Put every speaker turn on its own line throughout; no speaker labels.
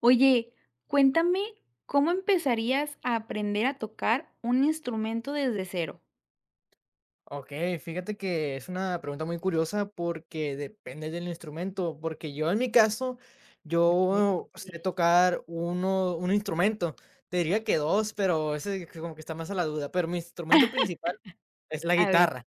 Oye, cuéntame, ¿cómo empezarías a aprender a tocar un instrumento desde cero?
Ok, fíjate que es una pregunta muy curiosa porque depende del instrumento, porque yo en mi caso,
Okey.
yo sé tocar un instrumento, te diría que dos, pero ese que como que está más a la duda, pero mi instrumento principal es la
A ver,
guitarra,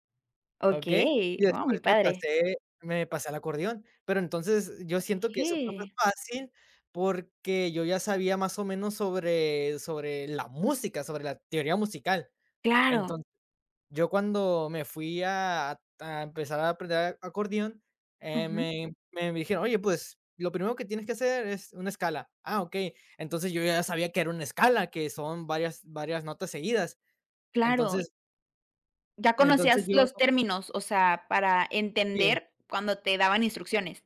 ¿ok? Y
okey, wow, mi
después me
padre.
pasé, me pasé al acordeón, pero entonces yo siento que eso fue más
Okey,
fácil porque yo ya sabía más o menos sobre la música, sobre la teoría musical.
claro,
Yo cuando me fui a empezar a aprender acordeón,
ujú,
me dijeron: "Oye, pues, lo primero que tienes que hacer es una escala". Ah, okey. Entonces, yo ya sabía que era una escala, que son varias notas seguidas.
claro.
Entonces
Ya
entonces
conocías
yo
los términos, o sea, para
sí.
entender cuando te daban instrucciones.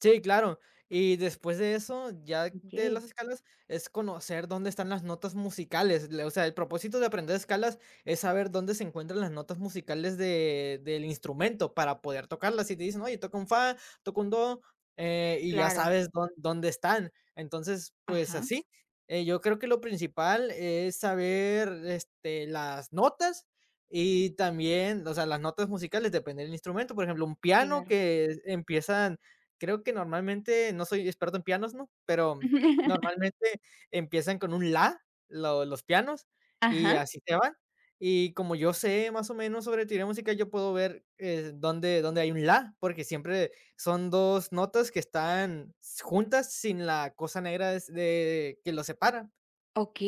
Sí, claro. Y después de eso, ya de las
Okey,
escalas, es conocer dónde están las notas musicales. O sea, el propósito de aprender escalas es saber dónde se encuentran las notas musicales del instrumento para poder tocarlas. Y te dicen, oye, toca un fa, toca un do, y ya
claro,
sabes dónde están. Entonces, pues
ajá,
así. Yo creo que lo principal es saber este, las notas. Y también, o sea, las notas musicales depende del instrumento. Por ejemplo, un piano
claro.
que empiezan. Creo que normalmente, no soy experto en pianos, ¿no? Pero normalmente empiezan con un la, lo los pianos, y
Ajá,
así se van. Y como yo sé más o menos sobre teoría musical, yo puedo ver, dónde hay un la, porque siempre son 2 notas que están juntas sin la cosa negra des de que los separa.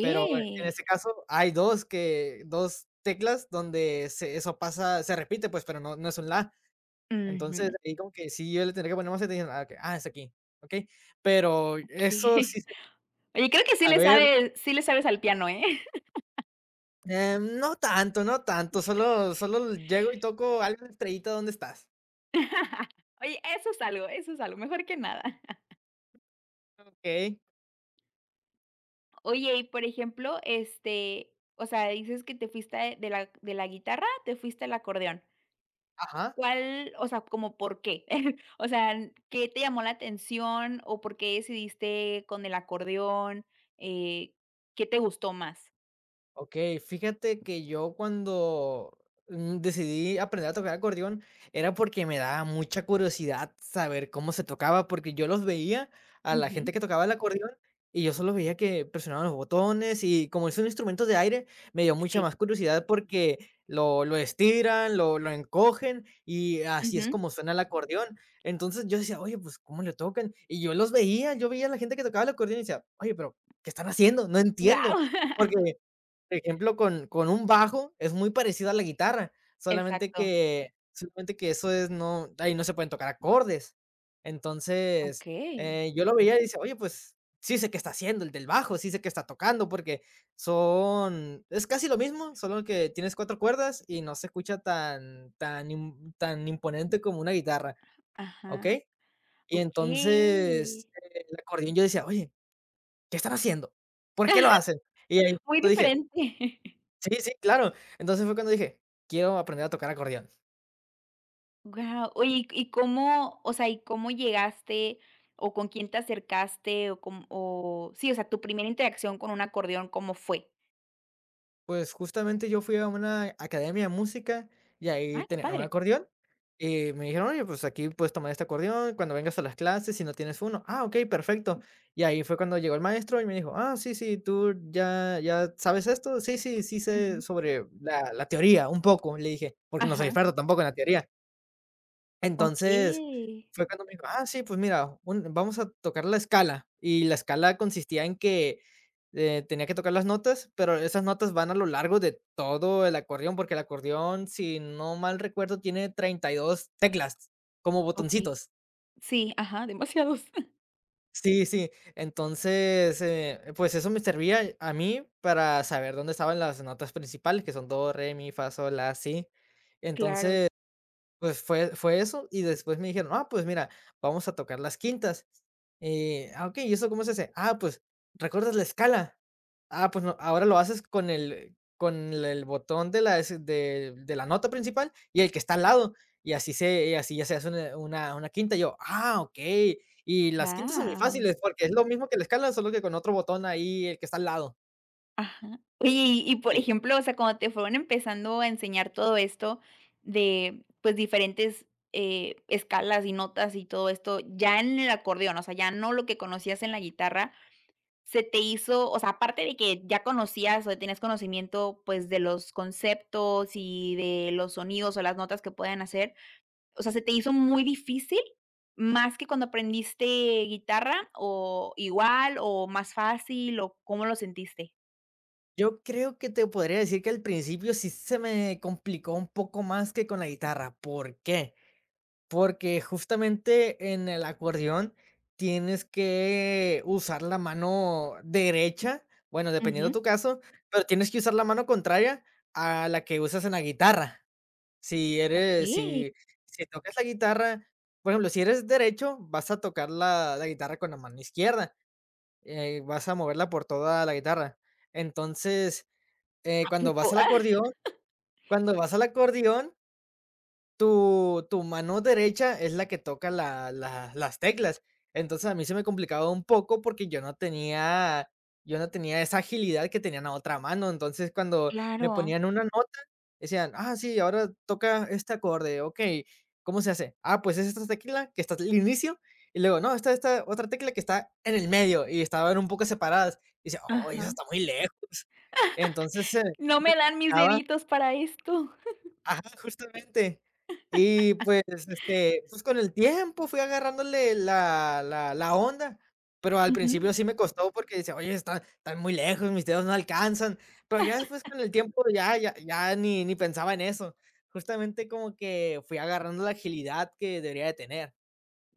Pero en este caso hay 2 teclas donde se eso pasa, se repite, pues, pero no es un la. Entonces,
ujú,
ahí como que sí, yo le tendría que poner más atención, ah, okey, ah, es aquí, okey, pero eso
okey.
sí,
Oye, creo que sí le
saber,
sabes sí le sabes al piano, ¿eh?
no tanto, no tanto, solo llego y toco algo, de estrellita, ¿dónde estás?
Oye, eso es algo, mejor que nada.
Okey,
Oye, y por ejemplo, o sea, dices que te fuiste de la guitarra, te fuiste al acordeón.
ajá.
¿Cuál, o sea, como por qué? O sea, ¿qué te llamó la atención o por qué decidiste con el acordeón? Eh, ¿Qué te gustó más?
Okey, fíjate que yo decidí aprender a tocar acordeón, era porque me daba mucha curiosidad saber cómo se tocaba, porque yo los veía a la gente
Ujú,
que tocaba el acordeón, y yo solo veía que presionaban los botones, y como es un instrumento de aire, me dio mucha
sí,
más curiosidad porque lo estiran, lo encogen, y así es
wow.
como suena el acordeón. Entonces, yo decía: "Oye, pues, ¿cómo le tocan?". Y yo los veía, yo veía a la gente que tocaba el acordeón y decía: "Oye, pero, ¿qué están haciendo? No entiendo". Porque por ejemplo, con un bajo es muy parecido a la guitarra,
Exacto.
solamente que eso es no ahí no se pueden tocar acordes. Entonces,
Okey.
yo lo veía y dice: "Oye, pues, sí sé qué está haciendo el del bajo, sí sé qué está tocando", porque son es casi lo mismo, solo que tienes 4 cuerdas y no se escucha tan imponente como una guitarra, ¿ok?
Ajá,
Y
okey.
entonces, el acordeón yo decía: "Oye, ¿qué están haciendo? ¿Por qué lo hacen?". Y ahí
Muy
yo dije:
diferente.
Sí, sí, claro. Entonces fue cuando dije: "Quiero aprender a tocar acordeón".
Guau. Oye, ¿y cómo, o sea, y cómo llegaste o con quién te acercaste o cómo o sí, o sea, tu primera interacción con un acordeón, ¿cómo fue?
Pues, justamente yo fui a una academia de música y ahí
Ah, qué
tenían un
padre.
acordeón, y me dijeron: "Oye, pues aquí puedes tomar este acordeón cuando vengas a las clases si no tienes uno". "Ah, okey, perfecto". Y ahí fue cuando llegó el maestro y me dijo: "Ah, sí, sí, ¿tú ya sabes esto?". "Sí, sí, sí sé
Ujú.
sobre la teoría, un poco", le dije, porque no soy
Ajá.
experto tampoco en la teoría. Entonces,
Okey.
fue cuando me dijo: "Ah, sí, pues mira, un vamos a tocar la escala", y la escala consistía en que, tenía que tocar las notas, pero esas notas van a lo largo de todo el acordeón, porque el acordeón, si no mal recuerdo, tiene 32 teclas, como
Okey.
botoncitos.
Sí, ajá, demasiados.
Sí, sí. Entonces, pues eso me servía a mí para saber dónde estaban las notas principales, que son do, re, mi, fa, sol, la, si.
Claro.
Entonces pues fue eso, y después me dijeron: "Ah, pues mira, vamos a tocar las quintas". Ah, ok, ¿y eso cómo se hace? Ah, pues, ¿recuerdas la escala? Ah, pues no, ahora lo haces con el botón de la nota principal y el que está al lado, y así ya se hace una quinta. Y yo: "Ah, ok". Y las quintas son muy
Guau.
fáciles porque es lo mismo que la escala, solo que con otro botón ahí, el que está al lado.
Ajá. Oye, y por ejemplo, o sea, cuando te fueron empezando a enseñar todo esto de, pues, diferentes, escalas y notas y todo esto, ya en el acordeón, o sea, ya no lo que conocías en la guitarra. Se te hizo, o sea, aparte de que ya conocías o tenías conocimiento, pues, de los conceptos y de los sonidos o las notas que pueden hacer, o sea, ¿se te hizo muy difícil, más que cuando aprendiste guitarra, o igual, o más fácil, o cómo lo sentiste?
Yo creo que te podría decir que al principio sí se me complicó un poco más que con la guitarra. ¿Por qué? Porque justamente en el acordeón tienes que usar la mano derecha, bueno, dependiendo de
Ujú.
tu caso, pero tienes que usar la mano contraria a la que usas en la guitarra. Si eres,
Okey.
si, si tocas la guitarra, por ejemplo, si eres derecho, vas a tocar la guitarra con la mano izquierda, vas a moverla por toda la guitarra. Entonces, eh,
¿A
cuando vas
poco?
al acordeón cuando vas al acordeón, tu mano derecha es la que toca la las teclas. Entonces, a mí se me complicaba un poco porque yo no tenía esa agilidad que tenían en la otra mano. Entonces, cuando me
Claro.
ponían una nota, decían: "Ah, sí, ahora toca este acorde, okey, ¿cómo se hace? Ah, pues es esta tecla que está al inicio, y luego no, está esta otra tecla que está en el medio", y estaban un poco separadas. Y decía: "Oye, eso
Ajá.
está muy lejos". Entonces, se
No me dan mis deditos para esto.
Ajá, justamente. Y pues, este, pues con el tiempo fui agarrándole la onda, pero al
Ujú.
principio sí me costó porque decía: "Oye, están muy lejos, mis dedos no alcanzan", pero ya después con el tiempo ya ni pensaba en eso. Justamente como que fui agarrando la agilidad que debería de tener.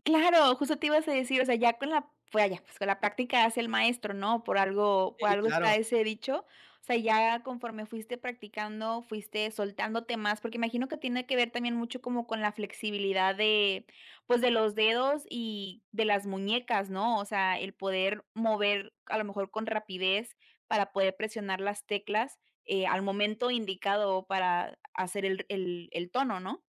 Claro, justo te ibas a decir, o sea, ya con la pues ya, pues con la práctica hace el maestro, ¿no? Por algo por
Sí,
algo está
claro.
ese dicho. O sea, ya conforme fuiste practicando, fuiste soltándote más, porque imagino que tiene que ver también mucho como con la flexibilidad de, pues, de los dedos y de las muñecas, ¿no? O sea, el poder mover, a lo mejor con rapidez, para poder presionar las teclas, al momento indicado para hacer el tono, ¿no?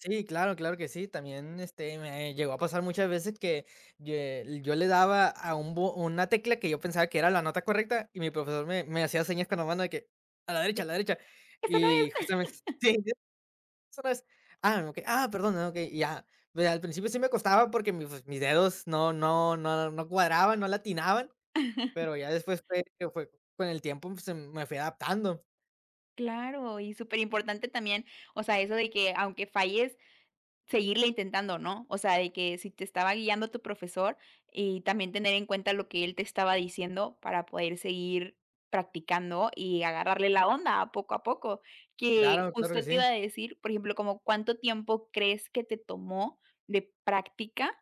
Sí, claro, claro que sí. También, este, me llegó a pasar muchas veces que le daba a una tecla que yo pensaba que era la nota correcta y mi profesor me hacía señas con la mano de que a la derecha, a
De,
la derecha.
¡ese no
Y
es!
justamente, sí, eso no es. Ah, ok, ah, perdón, ah, ok, y ya. Pero al principio sí me costaba porque pues, mis dedos no cuadraban, no latinaban, pero ya después fue- con el tiempo pues, se me fui adaptando.
Claro, y súper importante también, o sea, eso de que aunque falles, seguirle intentando, ¿no? O sea, de que si te estaba guiando tu profesor y también tener en cuenta lo que él te estaba diciendo para poder seguir practicando y agarrarle la onda a poco a poco. Que
Claro, claro que
justo te iba
sí.
a decir, por ejemplo, como cuánto tiempo crees que te tomó de práctica,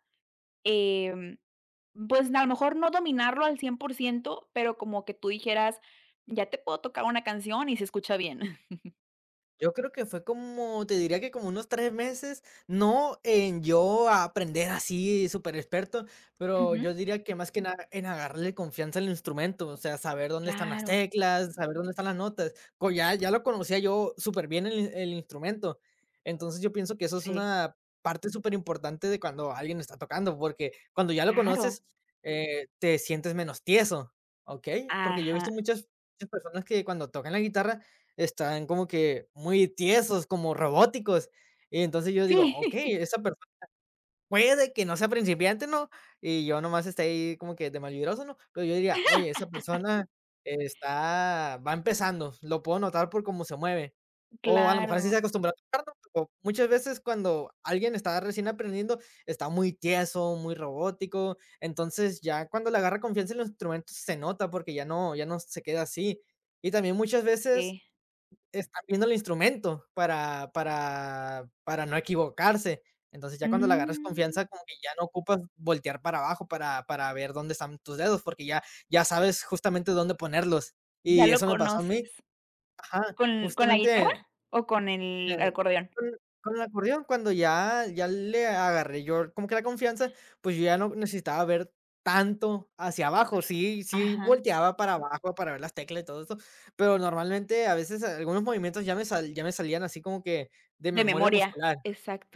em, pues a lo mejor no dominarlo al 100%, pero como que tú dijeras, ya te puedo tocar una canción y se escucha bien.
Yo creo que fue como, te diría que como unos 3 meses, no en yo a aprender así súper experto, pero yo
Ujú.
diría que más que nada en agarrarle confianza al instrumento, o sea, saber dónde están las
Claro,
teclas, saber dónde están las notas, co ya lo conocía yo superbién el instrumento. Entonces, yo pienso que eso es
sí,
una parte súper importante de cuando alguien está tocando, porque cuando ya lo
claro.
conoces, te sientes menos tieso, ¿okey? Porque yo he visto
Ajá.
muchas personas que cuando tocan la guitarra están como que muy tiesos, como robóticos. Y entonces yo digo:
Sí,
"Okey, esa persona puede que no sea principiante, ¿no?". Y yo nomás esté ahí como que de malvibroso, ¿no? Pero yo diría: "Oye, esa persona está va empezando, lo puedo notar por cómo se mueve". O a lo mejor así se
claro,
acostumbró a tocar, ¿no? Pero muchas veces cuando alguien está recién aprendiendo, está muy tieso, muy robótico. Entonces, ya cuando le agarra confianza en los instrumentos se nota porque ya no se queda así. Y también muchas veces
sí.
están viendo el instrumento para no equivocarse. Entonces, ya cuando le agarras
Mm,
confianza, como que ya no ocupas voltear para abajo para ver dónde están tus dedos, porque ya ya sabes justamente dónde ponerlos.
ya
Y
lo
eso me pasó a
conoces.
mí. Ajá,
¿Con la guitarra
justamente
o con el
eh,
acordeón?
con con el acordeón, cuando ya le agarré yo como que la confianza, pues, yo ya no necesitaba ver tanto hacia abajo. Sí, sí
Ajá,
volteaba para abajo para ver las teclas y todo eso, pero normalmente, a veces, algunos movimientos ya me salían así como que de
de
memoria
memoria,
muscular.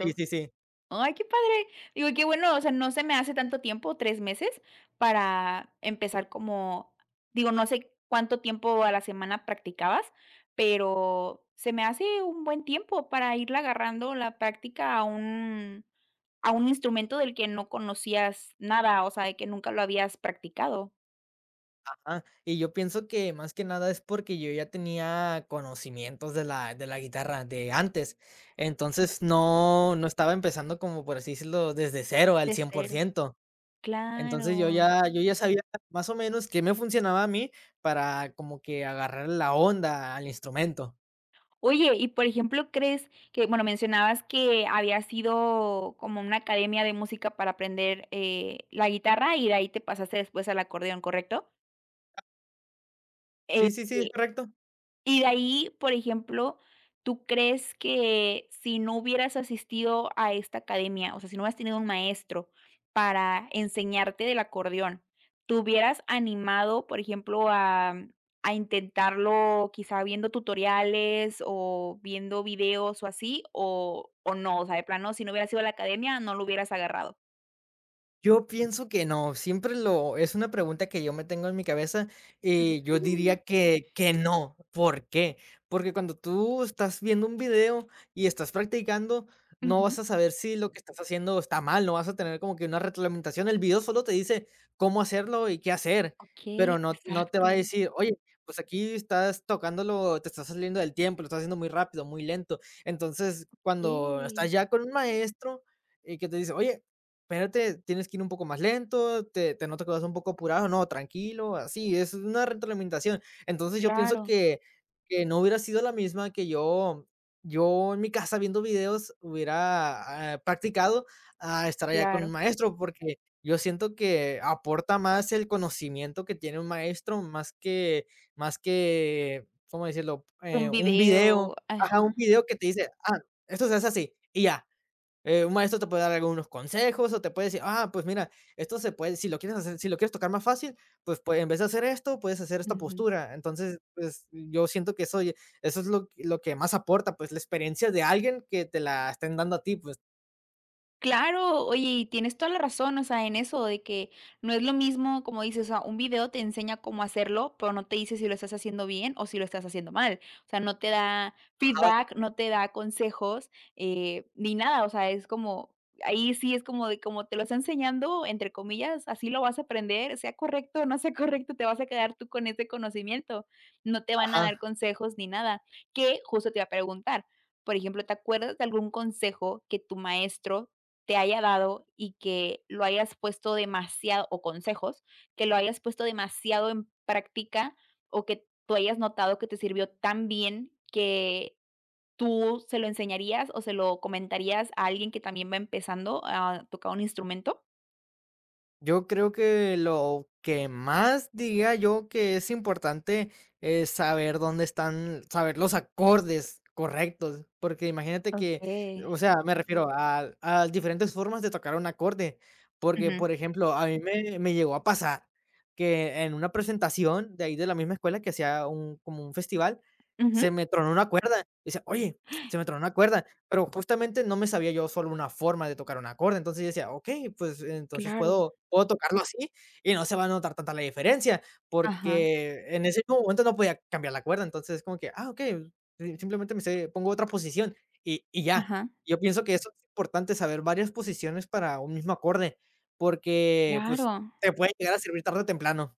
Sí, sí, sí.
Ay, qué padre. Digo, y qué bueno, o sea, no se me hace tanto tiempo, 3 meses, para empezar como digo, no sé cuánto tiempo a la semana practicabas, pero se me hace un buen tiempo para irle agarrando la práctica a un instrumento del que no conocías nada, o sea, de que nunca lo habías practicado.
Ajá. Y yo pienso que más que nada es porque yo ya tenía conocimientos de la guitarra de antes. Entonces,
Sí,
no estaba empezando como, por así decirlo, desde cero al
de
cien por
cero.
ciento. Entonces,
Claro.
yo ya sabía más o menos qué me funcionaba a mí para como que agarrar la onda al instrumento.
Oye, y por ejemplo, ¿crees que, bueno, mencionabas que había sido como una academia de música para aprender, la guitarra y de ahí te pasaste después al acordeón, correcto? Este,
Sí, sí, sí, es correcto.
y de ahí, por ejemplo, ¿tú crees que si no hubieras asistido a esta academia, o sea, si no hubieras tenido un maestro para enseñarte del acordeón, te hubieras animado, por ejemplo, a intentarlo quizá viendo tutoriales o viendo videos o así, o no? O sea, de plano, si no hubieras ido a la academia, no lo hubieras agarrado.
Yo pienso que no, siempre lo es una pregunta que yo me tengo en mi cabeza y yo
Ujú.
diría que no, ¿por qué? Porque cuando tú estás viendo un video y estás practicando, no vas
Ujú.
a saber si lo que estás haciendo está mal, no vas a tener como que una retroalimentación, el video solo te dice cómo hacerlo y qué hacer, pero
Okey,
no te va a
exacto.
decir: "Oye, pues aquí estás tocándolo, te estás saliendo del tiempo, lo estás haciendo muy rápido, muy lento". Entonces, cuando estás
Okey.
ya con un maestro y que te dice: "Oye, espérate, tienes que ir un poco más lento, te noto que vas un poco apurado, no, tranquilo, así", es una retroalimentación. Entonces yo pienso
Claro,
que no hubiera sido la misma que yo en mi casa viendo videos hubiera ah, practicado a estar allá con un
claro.
maestro, porque yo siento que aporta más el conocimiento que tiene un maestro, más que, ¿cómo decirlo?
Un
Un video,
video.
ajá, un
Ajá.
video que te dice, ah, esto se hace así, y ya. Un maestro te puede dar algunos consejos o te puede decir, ah, pues mira, esto se puede, si lo quieres hacer, si lo quieres tocar más fácil, pues, en vez de hacer esto, puedes hacer esta
Ujú.
postura. Entonces, pues yo siento que eso, eso es lo que más aporta, pues la experiencia de alguien que te la estén dando a ti, pues,
Claro, oye, y tienes toda la razón, o sea, en eso de que no es lo mismo, como dices, o sea, un video te enseña cómo hacerlo, pero no te dice si lo estás haciendo bien o si lo estás haciendo mal. O sea, no te da
ajá,
feedback, no te da consejos, ni nada. O sea, es como, ahí sí es como de como te lo está enseñando, entre comillas, así lo vas a aprender, sea correcto o no sea correcto, te vas a quedar tú con ese conocimiento. No te van a dar
ajá.
consejos ni nada. Que justo te iba a preguntar. Por ejemplo, ¿te acuerdas de algún consejo que tu maestro te haya dado y que lo hayas puesto demasiado o consejos, que lo hayas puesto demasiado en práctica o que tú hayas notado que te sirvió tan bien que tú se lo enseñarías o se lo comentarías a alguien que también va empezando a tocar un instrumento?
Yo creo que lo que más diría yo que es importante es saber dónde están, saber los acordes correctos, porque imagínate que,
Okay.
o sea, me refiero a diferentes formas de tocar un acorde, porque,
Ujú,
por ejemplo, a mí me llegó a pasar que en una presentación de ahí de la misma escuela que hacía un, como un festival,
ujú.
se me tronó una cuerda. Dice, oye, se me tronó una cuerda. Pero justamente no me sabía yo solo una forma de tocar un acorde, entonces yo decía: "Okey, pues entonces
Claro.
puedo tocarlo así y no se va a notar tanta la diferencia",
Ajá,
porque en ese mismo momento no podía cambiar la cuerda, entonces como que: "Ah, okey, si simplemente me sé pongo otra posición y ya".
ajá,
Yo pienso que eso es importante, saber varias posiciones para un mismo acorde, porque, pues,
claro.
te puede llegar a servir tarde o temprano.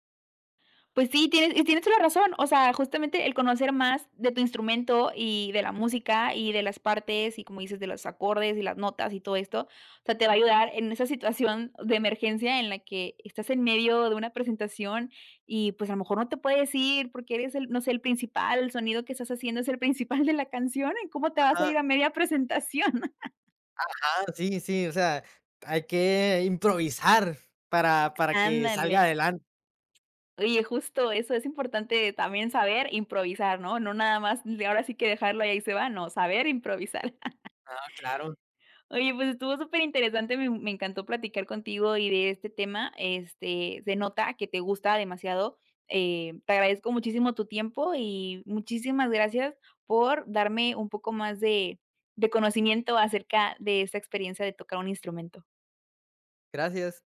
Pues sí, tienes toda la razón. O sea, justamente el conocer más de tu instrumento y de la música y de las partes y, como dices, de los acordes y las notas y todo esto, o sea, te va a ayudar en esa situación de emergencia en la que estás en medio de una presentación y, pues, a lo mejor no te puedes ir porque eres el, no sé, el principal, el sonido que estás haciendo es el principal de la canción, ¿y cómo te vas a
Ajá,
ir a media presentación?
ajá, sí, sí, o sea, hay que improvisar para que salga
Ándale.
adelante.
Oye, justo eso es importante también saber improvisar, ¿no? No nada más de ahora sí que dejarlo y ahí se va, no, saber improvisar.
Ah, claro,
Oye, pues estuvo súper interesante, me me encantó platicar contigo y de este tema, se nota que te gusta demasiado. Te agradezco muchísimo tu tiempo y muchísimas gracias por darme un poco más de conocimiento acerca de esta experiencia de tocar un instrumento.
gracias.